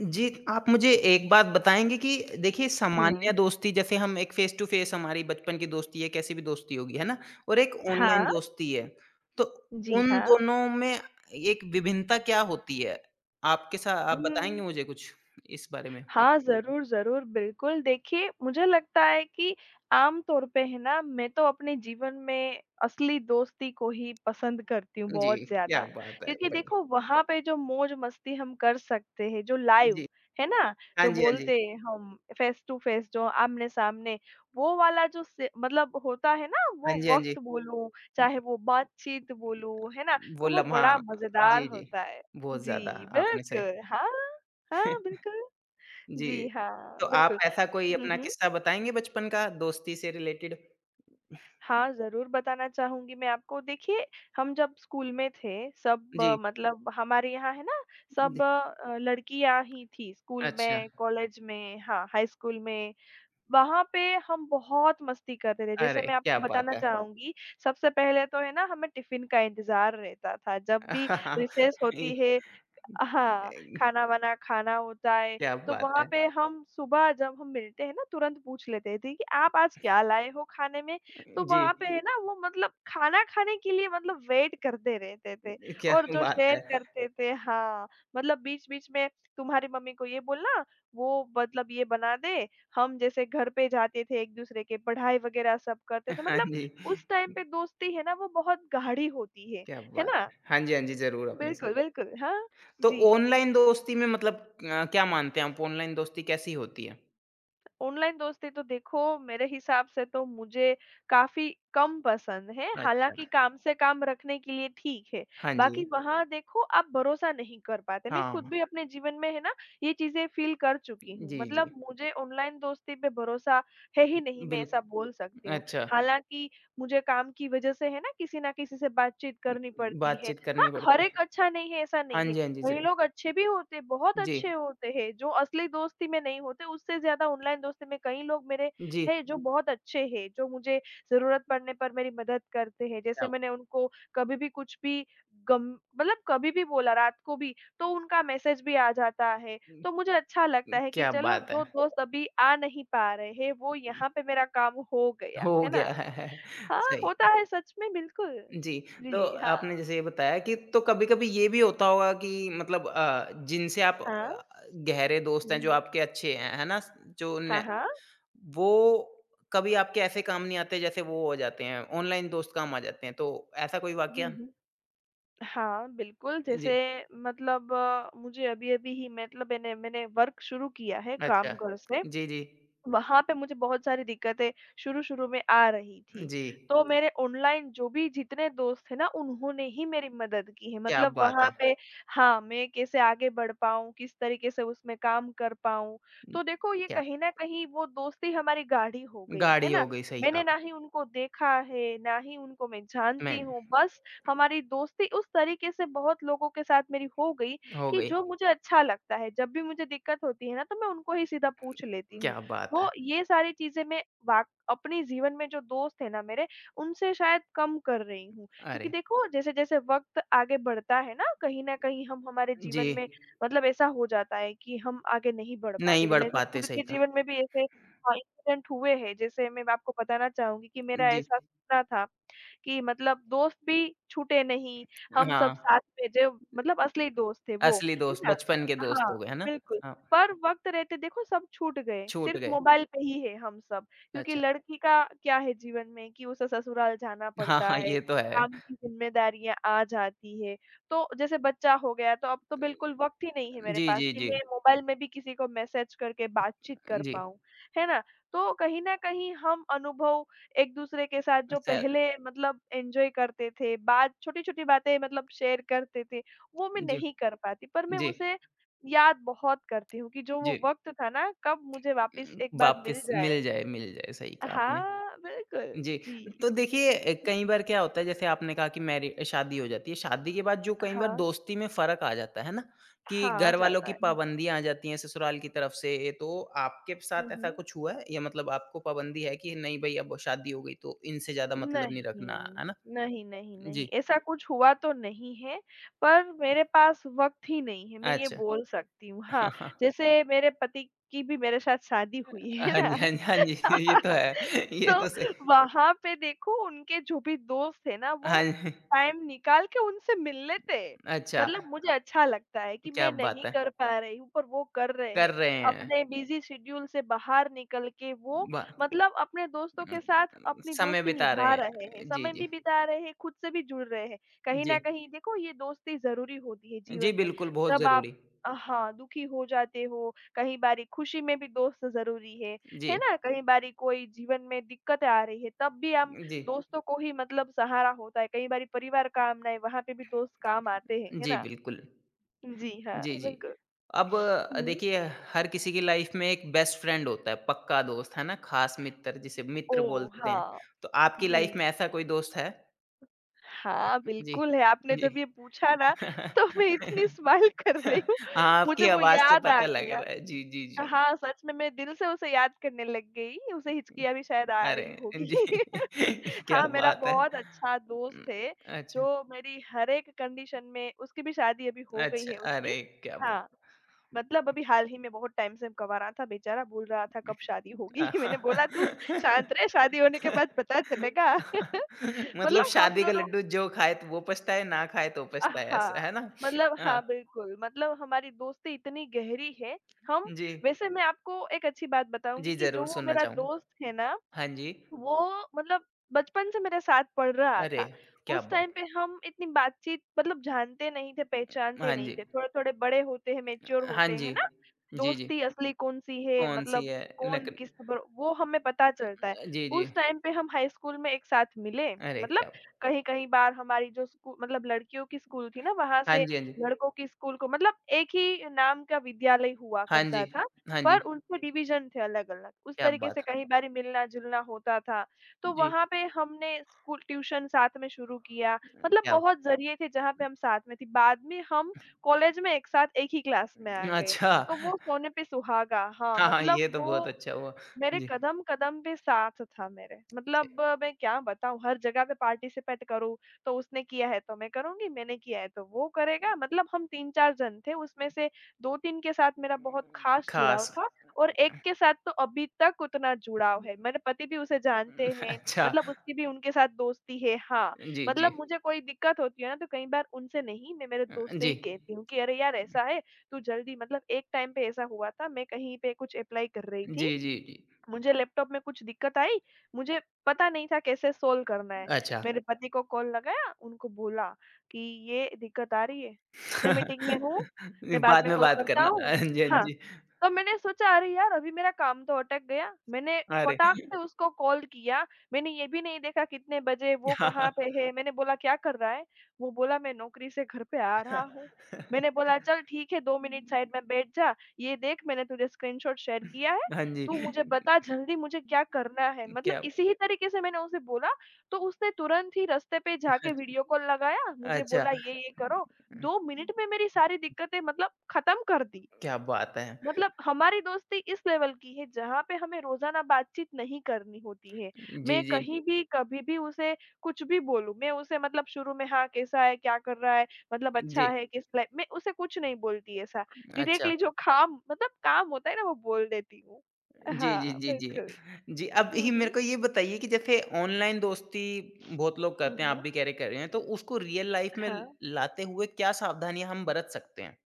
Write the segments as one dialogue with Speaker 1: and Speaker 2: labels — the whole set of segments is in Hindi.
Speaker 1: जी, आप मुझे एक बात बताएँगे कि देखिए
Speaker 2: हुँ।
Speaker 1: सामान्य दोस्ती जैसे हम एक फ़ेस टू फ़ेस हमारी बचपन की दोस्ती है, कैसी भी दोस्ती होगी, है ना? और एक ऑनलाइन
Speaker 2: हाँ।
Speaker 1: दोस्ती है, तो
Speaker 2: जी,
Speaker 1: उन
Speaker 2: हाँ।
Speaker 1: दोनों में एक विभिन्नता क्या होती है? आपके सा आप बताएँगे
Speaker 2: हुँ।
Speaker 1: मुझे कुछ इस बारे में?
Speaker 2: हाँ, ज़रूर, ज़रूर, बिल्कुल। देखिए, मुझे लगता है कि आम तौर पे है ना, मैं तो अपने जीवन में असली दोस्ती को ही पसंद करती हूँ
Speaker 1: जी,
Speaker 2: बहुत ज़्यादा।
Speaker 1: क्या बात है!
Speaker 2: क्योंकि
Speaker 1: बढ़िया।
Speaker 2: देखो, वहाँ पे जो मौज-मस्ती हम कर सकते हैं, जो
Speaker 1: जी।
Speaker 2: लाइव, है ना?
Speaker 1: हाँ
Speaker 2: जो
Speaker 1: जी, हाँ जी।
Speaker 2: बोलते हैं हम फेस टू फेस, जो आमने-सामने, वो वाला जो से मतलब होता है ना,
Speaker 1: हाँ
Speaker 2: वो
Speaker 1: जी, हाँ जी।
Speaker 2: वक़्त बोलूँ, चाहे वो बातचीत बोलूँ, है ना?
Speaker 1: वो
Speaker 2: तो वो
Speaker 1: लम्हा
Speaker 2: बड़ा मज़ेदार
Speaker 1: जी, जी।
Speaker 2: होता है।
Speaker 1: बहुत ज़्यादा
Speaker 2: जी,
Speaker 1: आपने सही
Speaker 2: बिल्कुल। हाँ, हाँ, बिल्कुल। जी
Speaker 1: जी,
Speaker 2: हाँ,
Speaker 1: तो आप
Speaker 2: बिल्कुल।
Speaker 1: ऐसा कोई
Speaker 2: हुँ,
Speaker 1: अपना
Speaker 2: हुँ।
Speaker 1: किस्सा बताएँगे बचपन का दोस्ती से रिलेटेड?
Speaker 2: हाँ, ज़रूर बताना चाहूँगी मैं आपको। देखिए, हम जब स्कूल में थे, सब
Speaker 1: जी।
Speaker 2: मतलब हमारे यहाँ है ना,
Speaker 1: जी,
Speaker 2: सब लड़कियाँ ही थी स्कूल
Speaker 1: अच्छा,
Speaker 2: में, कॉलेज में, हाँ, हाई स्कूल में। वहाँ पे हम बहुत मस्ती करते थे। जैसे
Speaker 1: अरे
Speaker 2: मैं
Speaker 1: क्या
Speaker 2: आपको बताना
Speaker 1: बात है!
Speaker 2: चाहूँगी, सबसे पहले तो है ना, हमें टिफ़िन का इंतज़ार रहता था। जब भी रिसेस
Speaker 1: ये
Speaker 2: होती है हाँ,
Speaker 1: ए,
Speaker 2: खाना-वाना खाना होता है,
Speaker 1: क्या
Speaker 2: तो
Speaker 1: बात
Speaker 2: वहाँ
Speaker 1: है!
Speaker 2: पे हम सुबह जब हम मिलते हैं ना, तुरंत पूछ लेते थे कि आप आज क्या लाए हो खाने में? तो
Speaker 1: जी,
Speaker 2: वहाँ पे है ना वो मतलब खाना खाने के लिए मतलब वेट करते रहते थे
Speaker 1: क्या
Speaker 2: और जो
Speaker 1: बात है!
Speaker 2: शेयर करते थे हाँ, मतलब बीच-बीच में तुम्हारी मम्मी को ये बोलना, वो मतलब ये बना दे, हम जैसे घर पे जाते थे एक-दूसरे के पढ़ाई वगैरह सब करते थे,
Speaker 1: हाँ
Speaker 2: मतलब
Speaker 1: जी,
Speaker 2: उस टाइम पे दोस्ती है ना वो बहुत गाढ़ी होती
Speaker 1: क्या
Speaker 2: है
Speaker 1: बात
Speaker 2: ना?
Speaker 1: है! हाँ जी, हाँ जी, ज़रूर अपने से।
Speaker 2: बिल्कुल, बिल्कुल। हाँ,
Speaker 1: तो
Speaker 2: जी।
Speaker 1: ऑनलाइन दोस्ती में मतलब क्या मानते हैं आप ऑनलाइन दोस्ती कैसी होती है?
Speaker 2: ऑनलाइन दोस्ती तो देखो मेरे हिसाब से तो मुझे काफ़ी कम पसंद है,
Speaker 1: अच्छा,
Speaker 2: हालाँकि काम से काम रखने के लिए ठीक है,
Speaker 1: हाँ जी,
Speaker 2: बाकी वहाँ देखो आप भरोसा नहीं कर पाते। मैं खुद
Speaker 1: हाँ,
Speaker 2: भी अपने जीवन में है ना ये चीज़ें फ़ील कर चुकी हूँ,
Speaker 1: जी, जी,
Speaker 2: मतलब मुझे ऑनलाइन दोस्ती पे भरोसा है ही नहीं, मैं
Speaker 1: बिल्कुल,
Speaker 2: ऐसा बोल सकती हूँ।
Speaker 1: अच्छा,
Speaker 2: हालाँकि मुझे काम की वजह से है ना किसी न किसी से बातचीत करनी पड़ती है।
Speaker 1: बातचीत
Speaker 2: हाँ,
Speaker 1: करनी
Speaker 2: हर
Speaker 1: पड़ती है।
Speaker 2: एक अच्छा नहीं है, ऐसा नहीं
Speaker 1: हाँ
Speaker 2: है,
Speaker 1: जी, हाँ जी,
Speaker 2: वही
Speaker 1: ज़रूर,
Speaker 2: लोग अच्छे भी होते बहुत
Speaker 1: जी,
Speaker 2: अच्छे होते हैं, जो असली दोस्ती में नहीं होते, उससे ज़्यादा ऑनलाइन दोस्ती में कई लोग मेरे
Speaker 1: जी,
Speaker 2: हैं जो बहुत अच्छे हैं, जो मुझे ज़रूरत पड़ने पर मेरी मदद करते हैं। जैसे
Speaker 1: क्या
Speaker 2: मैंने उनको कभी भी कुछ भी गम मतलब कभी भी बोला रात को भी, तो उनका मैसेज भी आ जाता है। तो मुझे अच्छा लगता है कि
Speaker 1: क्या
Speaker 2: चलो
Speaker 1: बात है!
Speaker 2: जो दोस्त अभी आ नहीं पा रहे हैं, वो यहाँ पे मेरा काम हो
Speaker 1: हो
Speaker 2: गया, है ना?
Speaker 1: गया है,
Speaker 2: हाँ,
Speaker 1: सही।
Speaker 2: होता है सच में बिल्कुल।
Speaker 1: जी, तो
Speaker 2: जी, हाँ।
Speaker 1: आपने जैसे ये बताया कि तो कभी-कभी ये भी होता होगा कि मतलब जिनसे आप
Speaker 2: हाँ।
Speaker 1: गहरे दोस्त
Speaker 2: हुँ,
Speaker 1: हैं, जो
Speaker 2: हुँ।
Speaker 1: आपके अच्छे हैं, है ना? जो न
Speaker 2: हाँ, हाँ।
Speaker 1: वो कभी आपके ऐसे काम नहीं आते जैसे वो हो जाते हैं, ऑनलाइन दोस्त काम आ जाते हैं, तो ऐसा कोई
Speaker 2: हुँ,
Speaker 1: वाकया?
Speaker 2: हुँ। हाँ, बिल्कुल, जैसे
Speaker 1: जी,
Speaker 2: मतलब मुझे अभी-अभी ही मतलब मैंने मैंने वर्क शुरू किया है
Speaker 1: अच्छा।
Speaker 2: कामगढ़ से।
Speaker 1: जी, जी।
Speaker 2: वहाँ पे मुझे बहुत सारी दिक्कतें शुरू-शुरू में आ रही थी।
Speaker 1: जी,
Speaker 2: तो मेरे ऑनलाइन जो भी जितने दोस्त थे ना उन्होंने ही मेरी मदद की है।
Speaker 1: क्या
Speaker 2: मतलब
Speaker 1: बात
Speaker 2: वहाँ
Speaker 1: है!
Speaker 2: पे हाँ, मैं कैसे आगे बढ़ पाऊँ, किस तरीके से उसमें काम कर पाऊँ।
Speaker 1: उम,
Speaker 2: तो देखो ये
Speaker 1: क्या
Speaker 2: कहीं न कहीं वो दोस्ती हमारी गाढ़ी हो गई, है
Speaker 1: गाढ़ी
Speaker 2: ना?
Speaker 1: हो गई, सही कहा
Speaker 2: मैंने
Speaker 1: आप
Speaker 2: ना ही उनको देखा है, ना ही उनको मैं जानती
Speaker 1: मैं
Speaker 2: हूँ। बस हमारी दोस्ती उस तरीके से बहुत लोगों के साथ मेरी हो गई
Speaker 1: हो
Speaker 2: कि
Speaker 1: गई,
Speaker 2: जो मुझे अच्छा लगता है। जब भी मुझे दिक्कत होती है ना तो मैं उनको ही सीधा पूछ लेती हूँ।
Speaker 1: क्या बात
Speaker 2: वो
Speaker 1: है!
Speaker 2: ये सारी चीज़ें मैं वाक अपने जीवन में जो दोस्त हैं ना मेरे, उनसे शायद कम कर रही हूँ। क्योंकि
Speaker 1: अरे!
Speaker 2: देखो जैसे-जैसे वक़्त आगे बढ़ता है ना, कहीं न कहीं हम हमारे
Speaker 1: जी,
Speaker 2: जीवन में मतलब ऐसा हो जाता है कि हम आगे नहीं बढ़
Speaker 1: नहीं
Speaker 2: पाते। जब
Speaker 1: बढ़
Speaker 2: मेरे
Speaker 1: पाते,
Speaker 2: खुद
Speaker 1: सही
Speaker 2: के
Speaker 1: कहा।
Speaker 2: जीवन में भी ऐसे हाँ, इंसिडेंट हुए हैं। जैसे मैं आपको बताना चाहूँगी कि मेरा
Speaker 1: जी,
Speaker 2: ऐसा सपना था कि मतलब दोस्त भी छूटे नहीं, हम
Speaker 1: हाँ।
Speaker 2: सब साथ में जो मतलब असली दोस्त थे वो,
Speaker 1: असली
Speaker 2: है
Speaker 1: दोस्त,
Speaker 2: ना?
Speaker 1: बचपन के दोस्त
Speaker 2: हाँ,
Speaker 1: हो गए, है ना?
Speaker 2: बिल्कुल।
Speaker 1: हाँ,
Speaker 2: पर वक़्त रहते देखो सब छूट गए,
Speaker 1: छूट
Speaker 2: सिर्फ़
Speaker 1: गए।
Speaker 2: मोबाइल पे ही है हम सब, क्योंकि
Speaker 1: अच्छा।
Speaker 2: लड़की का क्या है जीवन में कि उसे ससुराल जाना
Speaker 1: हाँ,
Speaker 2: पड़ता
Speaker 1: हाँ,
Speaker 2: है,
Speaker 1: ये तो है।
Speaker 2: काम की ज़िम्मेदारियाँ आ जाती है। तो जैसे बच्चा हो गया तो अब तो बिल्कुल वक़्त ही नहीं है मेरे
Speaker 1: जी,
Speaker 2: पास
Speaker 1: जी,
Speaker 2: कि
Speaker 1: जी।
Speaker 2: मैं मोबाइल में भी किसी को मैसेज करके बातचीत कर
Speaker 1: जी,
Speaker 2: पाऊँ, है ना? तो कहीं न कहीं हम अनुभव एक-दूसरे के साथ जो
Speaker 1: अच्छा
Speaker 2: पहले मतलब एन्जॉय करते थे, बात छोटी-छोटी बातें मतलब शेयर करते थे, वो मैं
Speaker 1: जी,
Speaker 2: नहीं कर पाती। पर मैं
Speaker 1: जी,
Speaker 2: उसे याद बहुत करती हूँ कि जो
Speaker 1: जी।
Speaker 2: वो वक़्त था ना, कब मुझे वापस एक बार मिल
Speaker 1: वापस
Speaker 2: जाए।
Speaker 1: मिल जाए, सही कहा आपने।
Speaker 2: हाँ, बिल्कुल।
Speaker 1: जी,
Speaker 2: जी।
Speaker 1: तो देखिए
Speaker 2: हुँ, हुँ।
Speaker 1: कई बार क्या होता है जैसे आपने कहा कि मैरि शादी हो जाती है, शादी के बाद जो कई बार
Speaker 2: हाँ।
Speaker 1: दोस्ती में फ़र्क आ जाता है ना? कि
Speaker 2: हाँ, आ
Speaker 1: घर वालों
Speaker 2: जाता
Speaker 1: की
Speaker 2: है। हाँ।
Speaker 1: पाबंदियाँ आ जाती हैं ससुराल की तरफ से, ये तो आपके
Speaker 2: हुँ,
Speaker 1: साथ ऐसा
Speaker 2: हुँ।
Speaker 1: कुछ हुआ है? या मतलब आपको पाबंदी है कि नहीं भई अब शादी हो गई तो इनसे ज़्यादा मतलब नहीं रखना,
Speaker 2: नहीं,
Speaker 1: है ना?
Speaker 2: नहीं, नहीं,
Speaker 1: जी,
Speaker 2: ऐसा कुछ हुआ तो नहीं है, पर मेरे पास वक़्त ही नहीं है, मैं ये
Speaker 1: अच्छा।
Speaker 2: बोल सकती हूँ। हाँ, जैसे मेरे पति की भी मेरे साथ शादी हुई है
Speaker 1: हाँ जी,
Speaker 2: ना,
Speaker 1: हाँ जी, हाँ जी, ये तो है। ये
Speaker 2: तो
Speaker 1: तो सही
Speaker 2: वहाँ पे देखो उनके जो भी दोस्त हैं ना,
Speaker 1: हाँ
Speaker 2: वो
Speaker 1: जी,
Speaker 2: टाइम निकाल के उनसे मिल लेते हैं।
Speaker 1: अच्छा,
Speaker 2: मतलब मुझे अच्छा लगता है कि
Speaker 1: क्या
Speaker 2: मैं नहीं
Speaker 1: बात है!
Speaker 2: कर पा रही हूँ, पर वो कर रहे
Speaker 1: कर
Speaker 2: हैं।
Speaker 1: रहे हैं।
Speaker 2: अपने बिज़ी शेड्यूल से बाहर निकल के वो
Speaker 1: ब
Speaker 2: मतलब अपने दोस्तों के
Speaker 1: उम,
Speaker 2: साथ अपनी
Speaker 1: समय
Speaker 2: दोस्ती
Speaker 1: बिता रहे
Speaker 2: निभा रहे हैं,
Speaker 1: हैं। जी,
Speaker 2: समय
Speaker 1: जी,
Speaker 2: भी बिता रहे हैं, खुद से भी जुड़ रहे हैं। कहीं
Speaker 1: जी।
Speaker 2: न कहीं देखो ये दोस्ती ज़रूरी होती है
Speaker 1: जी,
Speaker 2: जीवन में।
Speaker 1: बिल्कुल, बहुत
Speaker 2: जब आप
Speaker 1: ज़रूरी।
Speaker 2: हाँ, दुखी हो जाते हो, कई बारी खुशी में भी दोस्त ज़रूरी
Speaker 1: जी,
Speaker 2: है ना? कई बारी कोई जीवन में दिक्कतें आ रही है, तब भी हम
Speaker 1: जी,
Speaker 2: दोस्तों को ही मतलब सहारा होता है। कई बारी परिवार काम नहीं, वहाँ पे भी दोस्त काम आते हैं, है
Speaker 1: जी,
Speaker 2: ना?
Speaker 1: बिल्कुल।
Speaker 2: जी हाँ,
Speaker 1: जी, जी।
Speaker 2: बिल्कुल।
Speaker 1: अब
Speaker 2: हुँ।
Speaker 1: देखिए, हर किसी की लाइफ़ में एक बेस्ट फ्रेंड होता है, पक्का दोस्त, है ना? खास मित्र, जिसे मित्र
Speaker 2: ओह!
Speaker 1: बोलते हैं।
Speaker 2: हाँ,
Speaker 1: तो आपकी
Speaker 2: जी।
Speaker 1: लाइफ़ में ऐसा कोई दोस्त है?
Speaker 2: हाँ,
Speaker 1: जी,
Speaker 2: बिल्कुल है। आपने
Speaker 1: जी।
Speaker 2: जब ये पूछा ना तो मैं इतनी स्माइल कर रही
Speaker 1: हाँ,
Speaker 2: हूँ,
Speaker 1: आपकी
Speaker 2: मुझे वो
Speaker 1: आवाज़ से
Speaker 2: याद आ
Speaker 1: पता लग
Speaker 2: गया।
Speaker 1: रहा है। जी, जी, जी।
Speaker 2: हाँ, सच में मैं दिल से उसे याद करने लग गई, उसे
Speaker 1: हुँ,
Speaker 2: हिचकियाँ भी शायद आ रही
Speaker 1: अरे!
Speaker 2: होगी।
Speaker 1: जी, क्या
Speaker 2: हाँ, मेरा
Speaker 1: बात है।
Speaker 2: बहुत अच्छा
Speaker 1: उम,
Speaker 2: दोस्त है,
Speaker 1: अच्छा,
Speaker 2: जो मेरी हर एक कंडीशन में उसकी भी शादी अभी हो गई
Speaker 1: अच्छा,
Speaker 2: है उसकी।
Speaker 1: अरे क्या बात
Speaker 2: हाँ, मतलब अभी हाल ही में बहुत टाइम से कँवा रहा था बेचारा, बोल रहा था कब शादी होगी। मैंने बोला तू शांत रह, शादी होने के बाद पता चलेगा।
Speaker 1: मतलब
Speaker 2: मतलब हम
Speaker 1: शादी का
Speaker 2: दोनों
Speaker 1: लड्डू जो खाए तो वो पछताए, ना खाए तो पछताए ऐसा, है
Speaker 2: हाँ,
Speaker 1: ना?
Speaker 2: मतलब
Speaker 1: हाँ,
Speaker 2: हाँ, बिल्कुल, मतलब हमारी दोस्ती इतनी गहरी है, हम
Speaker 1: जी।
Speaker 2: वैसे मैं आपको एक अच्छी बात बताऊँगी
Speaker 1: जी,
Speaker 2: कि जो
Speaker 1: ज़रूर
Speaker 2: वो
Speaker 1: सुनना
Speaker 2: मेरा
Speaker 1: चाहूँगा।
Speaker 2: दोस्त है ना
Speaker 1: हाँ जी।
Speaker 2: वो मतलब बचपन से मेरे साथ पढ़ रहा
Speaker 1: अरे!
Speaker 2: था।
Speaker 1: क्या
Speaker 2: उस
Speaker 1: बात!
Speaker 2: टाइम पे हम इतनी बातचीत मतलब जानते नहीं थे, पहचानते
Speaker 1: हाँ
Speaker 2: नहीं
Speaker 1: जी,
Speaker 2: थे। थोड़े-थोड़े बड़े होते हैं, मैच्योर
Speaker 1: हाँ
Speaker 2: होते
Speaker 1: जी।
Speaker 2: हैं ना,
Speaker 1: जी, जी।
Speaker 2: दोस्ती असली कौन-सी है,
Speaker 1: कौन-सी
Speaker 2: मतलब
Speaker 1: है?
Speaker 2: कौन
Speaker 1: नक
Speaker 2: किस पर वो हमें पता चलता है।
Speaker 1: जी, जी।
Speaker 2: उस टाइम पे हम हाई स्कूल में एक साथ मिले,
Speaker 1: अरे
Speaker 2: मतलब
Speaker 1: क्या
Speaker 2: कहीं-कहीं बार हमारी जो स्कू मतलब लड़कियों की स्कूल थी ना, वहाँ
Speaker 1: हाँ
Speaker 2: से
Speaker 1: जी, हाँ जी।
Speaker 2: लड़कों की स्कूल को मतलब एक ही नाम का विद्यालय हुआ
Speaker 1: हाँ जी,
Speaker 2: करता था।
Speaker 1: हाँ जी।
Speaker 2: पर उनको डिवीज़न थे अलग-अलग, उस
Speaker 1: क्या
Speaker 2: तरीके से
Speaker 1: बात!
Speaker 2: कई बार मिलना-जुलना होता था। तो
Speaker 1: जी,
Speaker 2: वहाँ पे हमने स्कूल ट्यूशन साथ में शुरू किया, मतलब
Speaker 1: क्या बात।
Speaker 2: बहुत ज़रिए थे जहाँ पे हम साथ में थे। बाद में हम कॉलेज में एक साथ एक ही क्लास में आ गए,
Speaker 1: अच्छा।
Speaker 2: तो वो सोने पे सुहागा हाँ,
Speaker 1: हाँ, हाँ, ये
Speaker 2: मतलब
Speaker 1: तो बहुत
Speaker 2: वो
Speaker 1: अच्छा हुआ।
Speaker 2: मेरे
Speaker 1: जी,
Speaker 2: कदम-कदम पे साथ था मेरे,
Speaker 1: जी।
Speaker 2: मतलब मैं क्या बताऊँ हर जगह पे पार्टिसिपेट करूँ, तो उसने किया है तो मैं करूँगी, मैंने किया है तो वो करेगा, मतलब हम 3-4 जन थे उसमें से 2-3 के साथ मेरा बहुत ख़ास जुड़ाव
Speaker 1: ख़ास।
Speaker 2: था और एक के साथ तो अभी तक उतना जुड़ाव है, मेरे पति भी उसे जानते हैं,
Speaker 1: अच्छा,
Speaker 2: मतलब उसकी भी उनके साथ दोस्ती है हाँ,
Speaker 1: जी, जी।
Speaker 2: मतलब मुझे कोई दिक्कत होती है ना तो कई बार उनसे नहीं मैं मेरे दोस्त से
Speaker 1: जी।
Speaker 2: ही कहती हूँ कि अरे यार ऐसा है, तू जल्दी मतलब एक टाइम पे ऐसा हुआ था मैं कहीं पे कुछ अप्लाई कर रही थी
Speaker 1: जी, जी, जी।
Speaker 2: मुझे लैपटॉप में कुछ दिक्कत आई, मुझे पता नहीं था कैसे सॉल्व करना है।
Speaker 1: अच्छा।
Speaker 2: मेरे हुँ। पति को कॉल लगाया, उनको बोला कि ये दिक्कत आ रही है, मैं मीटिंग में हूँ, मैं बाद
Speaker 1: बाद
Speaker 2: में
Speaker 1: में
Speaker 2: कॉल
Speaker 1: बात
Speaker 2: करता
Speaker 1: करना।
Speaker 2: हूँ।
Speaker 1: हाँ जी, हाँ
Speaker 2: हाँ।
Speaker 1: जी।
Speaker 2: तो मैंने सोचा अरे यार अभी मेरा काम तो अटक गया। मैंने
Speaker 1: अरे!
Speaker 2: फटाक से उसको कॉल किया। मैंने ये भी नहीं देखा कितने बजे, वो
Speaker 1: हाँ,
Speaker 2: कहाँ पे है। मैंने बोला क्या कर रहा है? वो बोला मैं नौकरी से घर पे आ रहा
Speaker 1: हाँ।
Speaker 2: हूँ। मैंने बोला चल ठीक है 2 मिनट साइड में बैठ जा। ये देख मैंने तुझे स्क्रीनशॉट शेयर किया है।
Speaker 1: हाँ जी,
Speaker 2: तू मुझे बता जल्दी मुझे क्या करना है? मतलब
Speaker 1: क्या
Speaker 2: इसी ही तरीके से मैंने उसे बोला। तो उसने तुरंत ही रास्ते पे जाके
Speaker 1: अच्छा।
Speaker 2: वीडियो कॉल लगाया। मुझे
Speaker 1: अच्छा,
Speaker 2: बोला ये करो। 2 मिनट में मेरी सारी दिक्कतें मतलब खत्म कर दी।
Speaker 1: क्या बात है!
Speaker 2: मतलब हमारी दोस्ती इस लेवल की है जहाँ पे हमें रोजाना बातचीत नहीं करनी होती है।
Speaker 1: जी,
Speaker 2: मैं
Speaker 1: जी।
Speaker 2: कहीं भी कभी भी उसे कुछ भी बोलूँ, मैं उसे मतलब शुरू में हाँ, कैसा है? क्या कर रहा है? मतलब
Speaker 1: जी,
Speaker 2: अच्छा है? किस लाइ मैं उसे कुछ नहीं बोलती ऐसा।
Speaker 1: अच्छा।
Speaker 2: डायरेक्टली जो काम मतलब काम होता है ना वो बोल देती हूँ।
Speaker 1: जी, जी,
Speaker 2: हाँ,
Speaker 1: जी, जी।
Speaker 2: बिल्कुल।
Speaker 1: जी, अब
Speaker 2: हुँ,
Speaker 1: ये मेरे
Speaker 2: हुँ।
Speaker 1: को ये बताइए कि जैसे ऑनलाइन दोस्ती बहुत लोग
Speaker 2: हुँ,
Speaker 1: करते हैं, आप
Speaker 2: हुँ।
Speaker 1: भी कह रहे कर रहे हैं, तो उसको रियल लाइफ़ में
Speaker 2: हाँ।
Speaker 1: लाते हुए क्या सावधानियाँ हम बरत सकते हैं?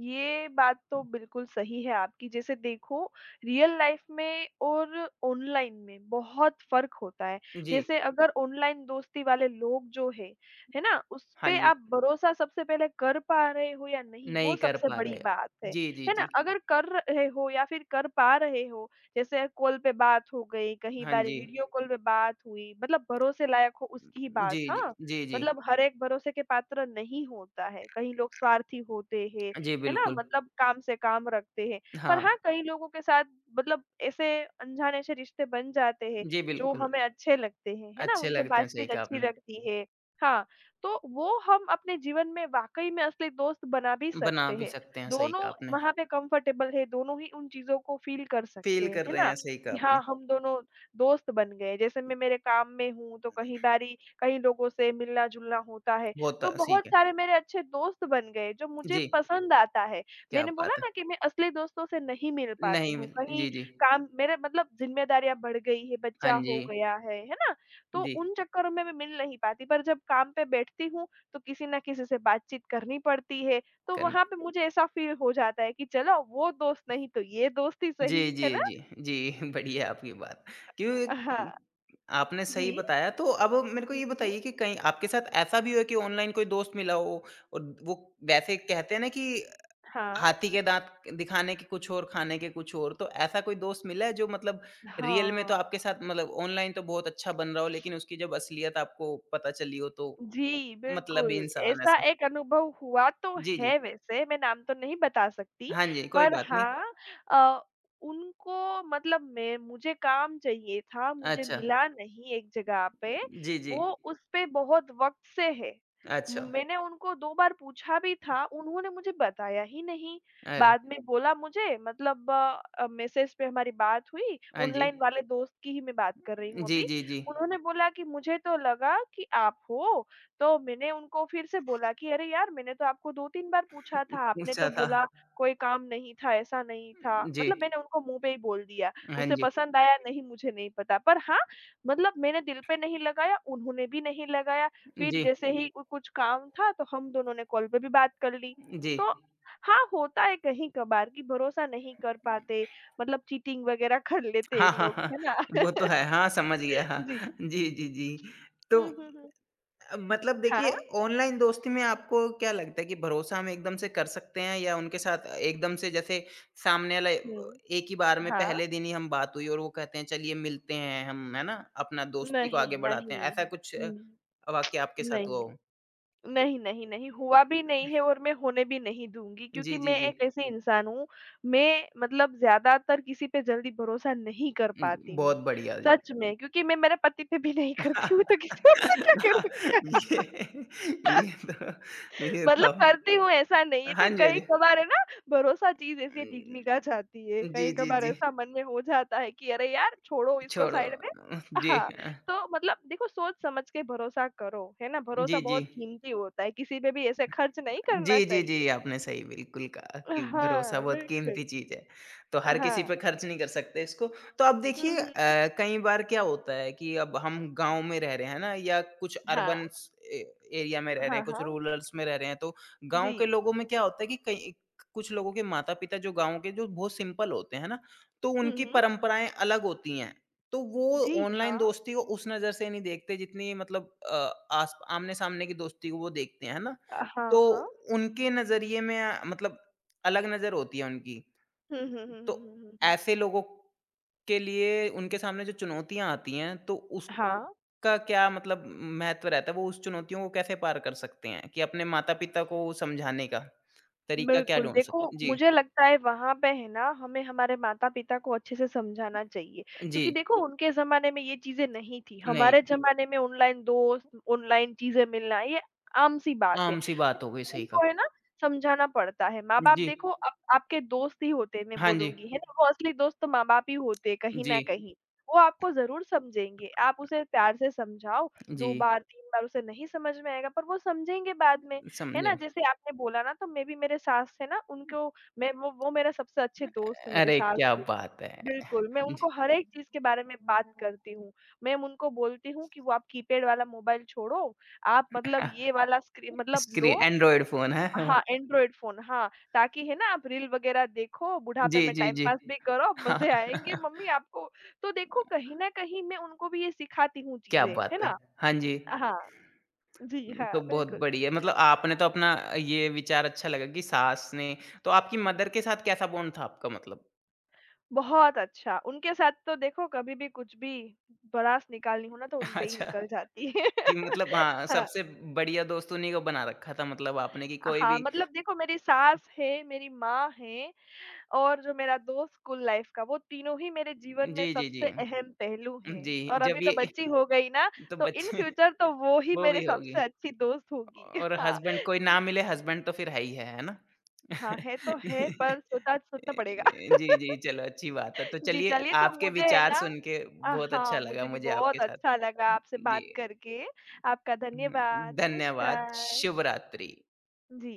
Speaker 2: ये बात तो बिल्कुल सही है आपकी। जैसे देखो रियल लाइफ़ में और ऑनलाइन में बहुत फ़र्क होता है।
Speaker 1: जी।
Speaker 2: जैसे अगर ऑनलाइन दोस्ती वाले लोग जो हैं, है ना?
Speaker 1: हाँ
Speaker 2: उसपे
Speaker 1: जी,
Speaker 2: आप भरोसा सबसे पहले कर पा रहे हो या नहीं,
Speaker 1: नहीं
Speaker 2: वो
Speaker 1: कर
Speaker 2: सबसे
Speaker 1: पा
Speaker 2: बड़ी
Speaker 1: रहे।
Speaker 2: बात है।
Speaker 1: जी, जी,
Speaker 2: है ना?
Speaker 1: जी।
Speaker 2: अगर कर रहे हो या फिर कर पा रहे हो, जैसे कॉल पे बात हो गई, कहीं
Speaker 1: हाँ
Speaker 2: बारी
Speaker 1: जी।
Speaker 2: वीडियो कॉल पे बात हुई, मतलब भरोसे लायक हो उसकी ही
Speaker 1: जी,
Speaker 2: बात
Speaker 1: जी,
Speaker 2: हाँ।
Speaker 1: जी, जी।
Speaker 2: मतलब हर एक भरोसे के पात्र नहीं होता है, कई लोग स्वार्थी होते हैं,
Speaker 1: जी,
Speaker 2: है ना?
Speaker 1: बिल्कुल।
Speaker 2: मतलब काम से काम रखते हैं। पर
Speaker 1: हाँ,
Speaker 2: हाँ, कई लोगों के साथ मतलब ऐसे अनजाने से रिश्ते बन जाते हैं,
Speaker 1: जी,
Speaker 2: जो
Speaker 1: बिल्कुल।
Speaker 2: हमें अच्छे लगते हैं, है ना?
Speaker 1: अच्छे
Speaker 2: उनसे
Speaker 1: लगते हैं, सही
Speaker 2: बातचीत
Speaker 1: कहा
Speaker 2: अच्छी
Speaker 1: आपने।
Speaker 2: लगती है। हाँ, तो वो हम अपने जीवन में वाक़ई में असली दोस्त बना भी
Speaker 1: बना
Speaker 2: सकते
Speaker 1: भी
Speaker 2: हैं।
Speaker 1: सकते हैं, सही
Speaker 2: दोनों
Speaker 1: कहा आपने।
Speaker 2: वहाँ पे कम्फ़र्टेबल है, दोनों ही उन चीज़ों को फ़ील कर सकते
Speaker 1: फ़ील
Speaker 2: हैं,
Speaker 1: कर
Speaker 2: है
Speaker 1: रहे
Speaker 2: ना?
Speaker 1: हैं, सही कहा
Speaker 2: कि
Speaker 1: आपने।
Speaker 2: हाँ, हम दोनों दोस्त बन गए। जैसे मैं मेरे काम में हूँ, तो कहीं बारी कई लोगों से मिलना-जुलना होता है।
Speaker 1: बहुत
Speaker 2: तो
Speaker 1: सही
Speaker 2: बहुत
Speaker 1: कहा।
Speaker 2: सारे मेरे अच्छे दोस्त बन गए जो मुझे
Speaker 1: जी,
Speaker 2: पसंद आता है।
Speaker 1: क्या
Speaker 2: मैंने बोला
Speaker 1: बात
Speaker 2: ना
Speaker 1: है!
Speaker 2: कि मैं असली दोस्तों से नहीं मिल पाती
Speaker 1: नहीं
Speaker 2: हूँ,
Speaker 1: मिल
Speaker 2: कहीं
Speaker 1: जी, जी।
Speaker 2: काम मेरे मतलब ज़िम्मेदारियाँ बढ़ गई है,
Speaker 1: हाँ
Speaker 2: बच्चा
Speaker 1: जी।
Speaker 2: हो गया है ना? तो
Speaker 1: जी,
Speaker 2: उन चक्करों में मैं मिल नहीं पाती, पर जब काम पे बैठती हूँ, तो किसी ना किसी से बातचीत करनी पड़ती है, तो
Speaker 1: कन
Speaker 2: वहाँ पे मुझे ऐसा फ़ील हो जाता है कि चलो वो दोस्त नहीं तो ये दोस्त ही
Speaker 1: जी,
Speaker 2: सही, है
Speaker 1: जी,
Speaker 2: ना?
Speaker 1: जी, जी, बढ़िया आपकी बात।
Speaker 2: हाँ।
Speaker 1: क्योंकि आपने सही
Speaker 2: जी।
Speaker 1: बताया, तो अब मेरे को
Speaker 2: हुँ,
Speaker 1: ये
Speaker 2: हुँ।
Speaker 1: बताइए कि कहीं आपके साथ ऐसा भी हुआ कि ऑनलाइन कोई दोस्त मिला हो और वो वैसे कहते हैं ना कि
Speaker 2: हाँ।
Speaker 1: हाथी के दाँत दिखाने के कुछ और, खाने के कुछ और, तो ऐसा कोई दोस्त मिला है जो मतलब रियल में तो
Speaker 2: हाँ।
Speaker 1: आपके साथ मतलब ऑनलाइन तो बहुत अच्छा बन रहा हो, लेकिन उसकी जब असलियत आपको पता चली हो तो
Speaker 2: जी,
Speaker 1: मतलबी
Speaker 2: बिल्कुल,
Speaker 1: इंसान
Speaker 2: ऐसा
Speaker 1: ऐसा?
Speaker 2: एक अनुभव हुआ तो
Speaker 1: जी, जी।
Speaker 2: है वैसे, मैं नाम तो नहीं बता सकती,
Speaker 1: हाँ जी, कोई
Speaker 2: पर
Speaker 1: बात नहीं।
Speaker 2: हाँ अ, उनको मतलब मैं मुझे काम चाहिए था, मुझे
Speaker 1: अच्छा।
Speaker 2: मिला नहीं एक जगह पे,
Speaker 1: जी, जी।
Speaker 2: वो उस पे बहुत वक़्त से है। मु
Speaker 1: अच्छा।
Speaker 2: मैंने उनको 2 बार पूछा भी था, उन्होंने मुझे बताया ही नहीं।
Speaker 1: अरे!
Speaker 2: बाद में बोला मुझे मतलब मैसेज पे हमारी बात हुई,
Speaker 1: हाँ जी।
Speaker 2: ऑनलाइन वाले दोस्त की ही मैं बात कर रही हूँ
Speaker 1: जी,
Speaker 2: अभी।
Speaker 1: जी, जी।
Speaker 2: उन्होंने बोला कि मुझे तो लगा कि आप हो, तो मैंने उनको फिर से बोला कि अरे यार मैंने तो आपको 2-3 बार पूछा
Speaker 1: उ
Speaker 2: था, आपने
Speaker 1: पूछा
Speaker 2: तो
Speaker 1: था।
Speaker 2: बोला कोई काम नहीं था, ऐसा नहीं था।
Speaker 1: जी।
Speaker 2: मतलब मैंने उनको मुँह पे ही बोल दिया।
Speaker 1: हाँ
Speaker 2: उसे
Speaker 1: जी।
Speaker 2: पसंद आया नहीं मुझे नहीं पता। पर हाँ, मतलब मैंने दिल पे नहीं लगाया, उन्होंने भी नहीं लगाया। फिर
Speaker 1: जी,
Speaker 2: जैसे ही कु कुछ काम था तो हम दोनों ने कॉल पे भी बात कर ली।
Speaker 1: जी।
Speaker 2: तो हाँ, होता है कहीं-कभार कि भरोसा नहीं कर पाते, मतलब चीटिंग वगैरह कर लेते
Speaker 1: हाँ,
Speaker 2: हैं
Speaker 1: हाँ,
Speaker 2: लोग,
Speaker 1: हाँ।
Speaker 2: है ना?
Speaker 1: वो तो है। हाँ, समझ गया। हाँ।
Speaker 2: जी।
Speaker 1: जी, जी, जी। तो
Speaker 2: हुँ, हुँ, हुँ।
Speaker 1: मतलब देखिए
Speaker 2: हाँ।
Speaker 1: ऑनलाइन दोस्ती में आपको क्या लगता है कि भरोसा हम एकदम से कर सकते हैं या उनके साथ एकदम से जैसे सामने वाला
Speaker 2: हुँ।
Speaker 1: एक ही बार में
Speaker 2: हाँ।
Speaker 1: पहले दिन ही हम बात हुई और वो कहते हैं चलिए मिलते हैं हम, है ना? अपना दोस्ती को आगे
Speaker 2: नहीं,
Speaker 1: बढ़ाते हैं।
Speaker 2: नहीं।
Speaker 1: ऐसा कुछ
Speaker 2: हुँ,
Speaker 1: वाक़या आपके साथ हुआ
Speaker 2: नहीं।
Speaker 1: हो? तो
Speaker 2: नहीं, नहीं, नहीं हुआ भी नहीं है और मैं होने भी नहीं दूँगी क्योंकि
Speaker 1: जी, जी,
Speaker 2: मैं
Speaker 1: जी।
Speaker 2: एक ऐसे इंसान हूँ, मैं मतलब ज़्यादातर किसी पे जल्दी भरोसा नहीं कर
Speaker 1: हुँ,
Speaker 2: पाती
Speaker 1: बहुत
Speaker 2: हूँ।
Speaker 1: बढ़िया।
Speaker 2: सच में क्योंकि मैं मेरे पति पे भी नहीं करती हूँ तो किसी और से क्या करूँगी?
Speaker 1: ये ये तो
Speaker 2: मतलब करती हूँ ऐसा नहीं है
Speaker 1: हाँ
Speaker 2: पर
Speaker 1: जी, हाँ जी।
Speaker 2: कहीं-कभार है ना भरोसा चीज़ ऐसे डिगमिगा जाती है,
Speaker 1: जी, जी,
Speaker 2: कहीं-कभार
Speaker 1: जी।
Speaker 2: ऐसा मन में हो जाता है कि अरे यार छोड़ो इसको
Speaker 1: छोड़ो।
Speaker 2: साइड में।
Speaker 1: जी,
Speaker 2: हाँ, तो मतलब देखो सोच समझ के भरोसा करो, है ना?
Speaker 1: जी,
Speaker 2: भरोसा
Speaker 1: जी।
Speaker 2: बहुत कीमती होता है, किसी पे भी ऐसे खर्च नहीं करना
Speaker 1: जी, जी,
Speaker 2: चाहिए।
Speaker 1: जी, आपने सही बिल्कुल कहा कि भरोसा
Speaker 2: हाँ,
Speaker 1: बहुत
Speaker 2: बिल्कुल।
Speaker 1: कीमती चीज़ है। तो हर किसी
Speaker 2: हाँ।
Speaker 1: पे खर्च नहीं कर सकते इसको। तो अब
Speaker 2: हुँ,
Speaker 1: देखिए
Speaker 2: हुँ।
Speaker 1: कई बार क्या होता है कि अब हम गाँव में रह रहे हैं ना या कुछ
Speaker 2: हाँ।
Speaker 1: अर्बन्स ए एरिया में रह रहे हैं,
Speaker 2: हाँ,
Speaker 1: कुछ
Speaker 2: हाँ।
Speaker 1: रूरल्स में रह रहे हैं, तो गाँव
Speaker 2: जी।
Speaker 1: के लोगों में क्या होता है कि कई कुछ लोगों के माता-पिता जो गाँव के जो बहुत सिंपल होते हैं ना, तो
Speaker 2: हुँ,
Speaker 1: उनकी
Speaker 2: हुँ।
Speaker 1: परंपराएँ अलग होती हैं। तो वो
Speaker 2: जी,
Speaker 1: ऑनलाइन
Speaker 2: हाँ।
Speaker 1: दोस्ती को उस नज़र से नहीं देखते जितनी मतलब आस आमने-सामने की दोस्ती को वो देखते हैं, है ना? तो
Speaker 2: हाँ, हाँ।
Speaker 1: उनके नज़रिए में मतलब अलग नज़र होती है उनकी।
Speaker 2: हुँ, हुँ, हुँ,
Speaker 1: तो
Speaker 2: हुँ, हुँ, हुँ, हुँ।
Speaker 1: ऐसे लोगों के लिए उनके सामने जो चुनौतियाँ आती हैं, तो
Speaker 2: हाँ।
Speaker 1: उसका क्या मतलब महत्व रहता है? वो उस चुनौतियों को कैसे पार कर सकते हैं कि अपने माता-पिता को समझाने का तरीका क्या
Speaker 2: बिल्कुल,
Speaker 1: ढूँढ
Speaker 2: देखो
Speaker 1: सकते हैं? जी,
Speaker 2: मुझे लगता है वहाँ पे है ना हमें हमारे माता-पिता को अच्छे से समझाना चाहिए,
Speaker 1: जी,
Speaker 2: क्योंकि देखो उनके ज़माने में ये चीज़ें नहीं थी।
Speaker 1: नहीं,
Speaker 2: हमारे ज़माने में ऑनलाइन दोस्त, ऑनलाइन चीज़ें मिलना ये आम-सी बात है।
Speaker 1: आम-सी बात हो गई, सही कहा।
Speaker 2: उनको है ना समझाना पड़ता है। माँ-बाप
Speaker 1: जी,
Speaker 2: देखो आप आपके दोस्त ही होते हैं मैं
Speaker 1: हाँ जी,
Speaker 2: बोलूँगी, है ना? वो असली दोस्त तो माँ-बाप ही होते हैं कहीं
Speaker 1: जी,
Speaker 2: न कहीं। वो आपको ज़रूर समझेंगे, आप उसे प्यार से समझाओ, 2
Speaker 1: जी,
Speaker 2: बार, 3 बार उसे नहीं समझ में आएगा पर वो समझेंगे बाद में, है
Speaker 1: समझे।
Speaker 2: ना? जैसे आपने बोला ना तो मैं भी मेरे सास है ना उनको मैं वो मेरे सबसे अच्छे दोस्त है मेरे
Speaker 1: अरे,
Speaker 2: सास
Speaker 1: क्या
Speaker 2: भी है।
Speaker 1: बात है!
Speaker 2: बिल्कुल, मैं
Speaker 1: जी।
Speaker 2: उनको हर एक चीज़ के बारे में बात करती हूँ। मैं उनको बोलती हूँ कि वो आप कीपैड वाला मोबाइल छोड़ो, आप मतलब ये वाला स्क्री मतलब लो
Speaker 1: स्क्रीन एंड्रॉयड फ़ोन, हैं?
Speaker 2: हाँ, एंड्रॉइड फ़ोन हाँ, ताकि है ना आप रील वग़ैरह देखो, बुढ़ापे
Speaker 1: जी,
Speaker 2: में
Speaker 1: जी,
Speaker 2: टाइम
Speaker 1: जी।
Speaker 2: पास भी करो,
Speaker 1: हाँ।
Speaker 2: मज़े आएँगे मम्मी आपको। तो देखो कहीं न कहीं मैं उनको भी ये सिखाती हूँ
Speaker 1: क्या
Speaker 2: चीज़ें,
Speaker 1: बात
Speaker 2: है
Speaker 1: है!
Speaker 2: ना?
Speaker 1: हाँ जी।
Speaker 2: हाँ, जी हाँ,
Speaker 1: तो बहुत
Speaker 2: बिल्कुल।
Speaker 1: बढ़िया मतलब आपने तो अपना ये विचार अच्छा लगा कि सास ने तो आपकी मदर के साथ कैसा बॉन्ड था आपका मतलब?
Speaker 2: बहुत अच्छा, उनके साथ तो देखो कभी भी कुछ भी भड़ास निकालनी हो ना तो उन पे ही
Speaker 1: अच्छा,
Speaker 2: निकल जाती है।
Speaker 1: कि मतलब हाँ,
Speaker 2: हाँ,
Speaker 1: सबसे बढ़िया दोस्त उन्हीं को बना रखा था मतलब आपने कि कोई
Speaker 2: हाँ,
Speaker 1: भी
Speaker 2: मतलब देखो मेरी सास है, मेरी माँ है और जो मेरा दोस्त स्कूल लाइफ का, वो तीनों ही मेरे जीवन
Speaker 1: जी,
Speaker 2: में
Speaker 1: जी,
Speaker 2: सबसे
Speaker 1: जी।
Speaker 2: अहम पहलू हैं
Speaker 1: जी,
Speaker 2: और अभी
Speaker 1: जब
Speaker 2: तो
Speaker 1: ये
Speaker 2: बच्ची हो गई ना,
Speaker 1: तो
Speaker 2: तो इन
Speaker 1: बच्चे
Speaker 2: फ्यूचर तो वो ही
Speaker 1: वो
Speaker 2: मेरे
Speaker 1: भी होगी
Speaker 2: सबसे अच्छी दोस्त होगी।
Speaker 1: और
Speaker 2: हाँ,
Speaker 1: हस्बैंड कोई ना मिले हस्बैंड तो फिर है ही है ना?
Speaker 2: हाँ, है तो है पर सोचा सोचना पड़ेगा।
Speaker 1: ए, जी, जी, चलो अच्छी बात है। तो
Speaker 2: जी,
Speaker 1: चलिए
Speaker 2: चलिए तो
Speaker 1: आपके
Speaker 2: मुझे है
Speaker 1: विचार
Speaker 2: ना
Speaker 1: सुन के बहुत अच्छा
Speaker 2: हाँ,
Speaker 1: लगा
Speaker 2: मुझे भी
Speaker 1: मुझे आपके
Speaker 2: बहुत
Speaker 1: साथ।
Speaker 2: अच्छा लगा आपसे बात
Speaker 1: जी,
Speaker 2: करके। आपका
Speaker 1: हुँ,
Speaker 2: धन्यवाद,
Speaker 1: धन्यवाद,
Speaker 2: नमस्कार।
Speaker 1: शुभ रात्रि।
Speaker 2: जी।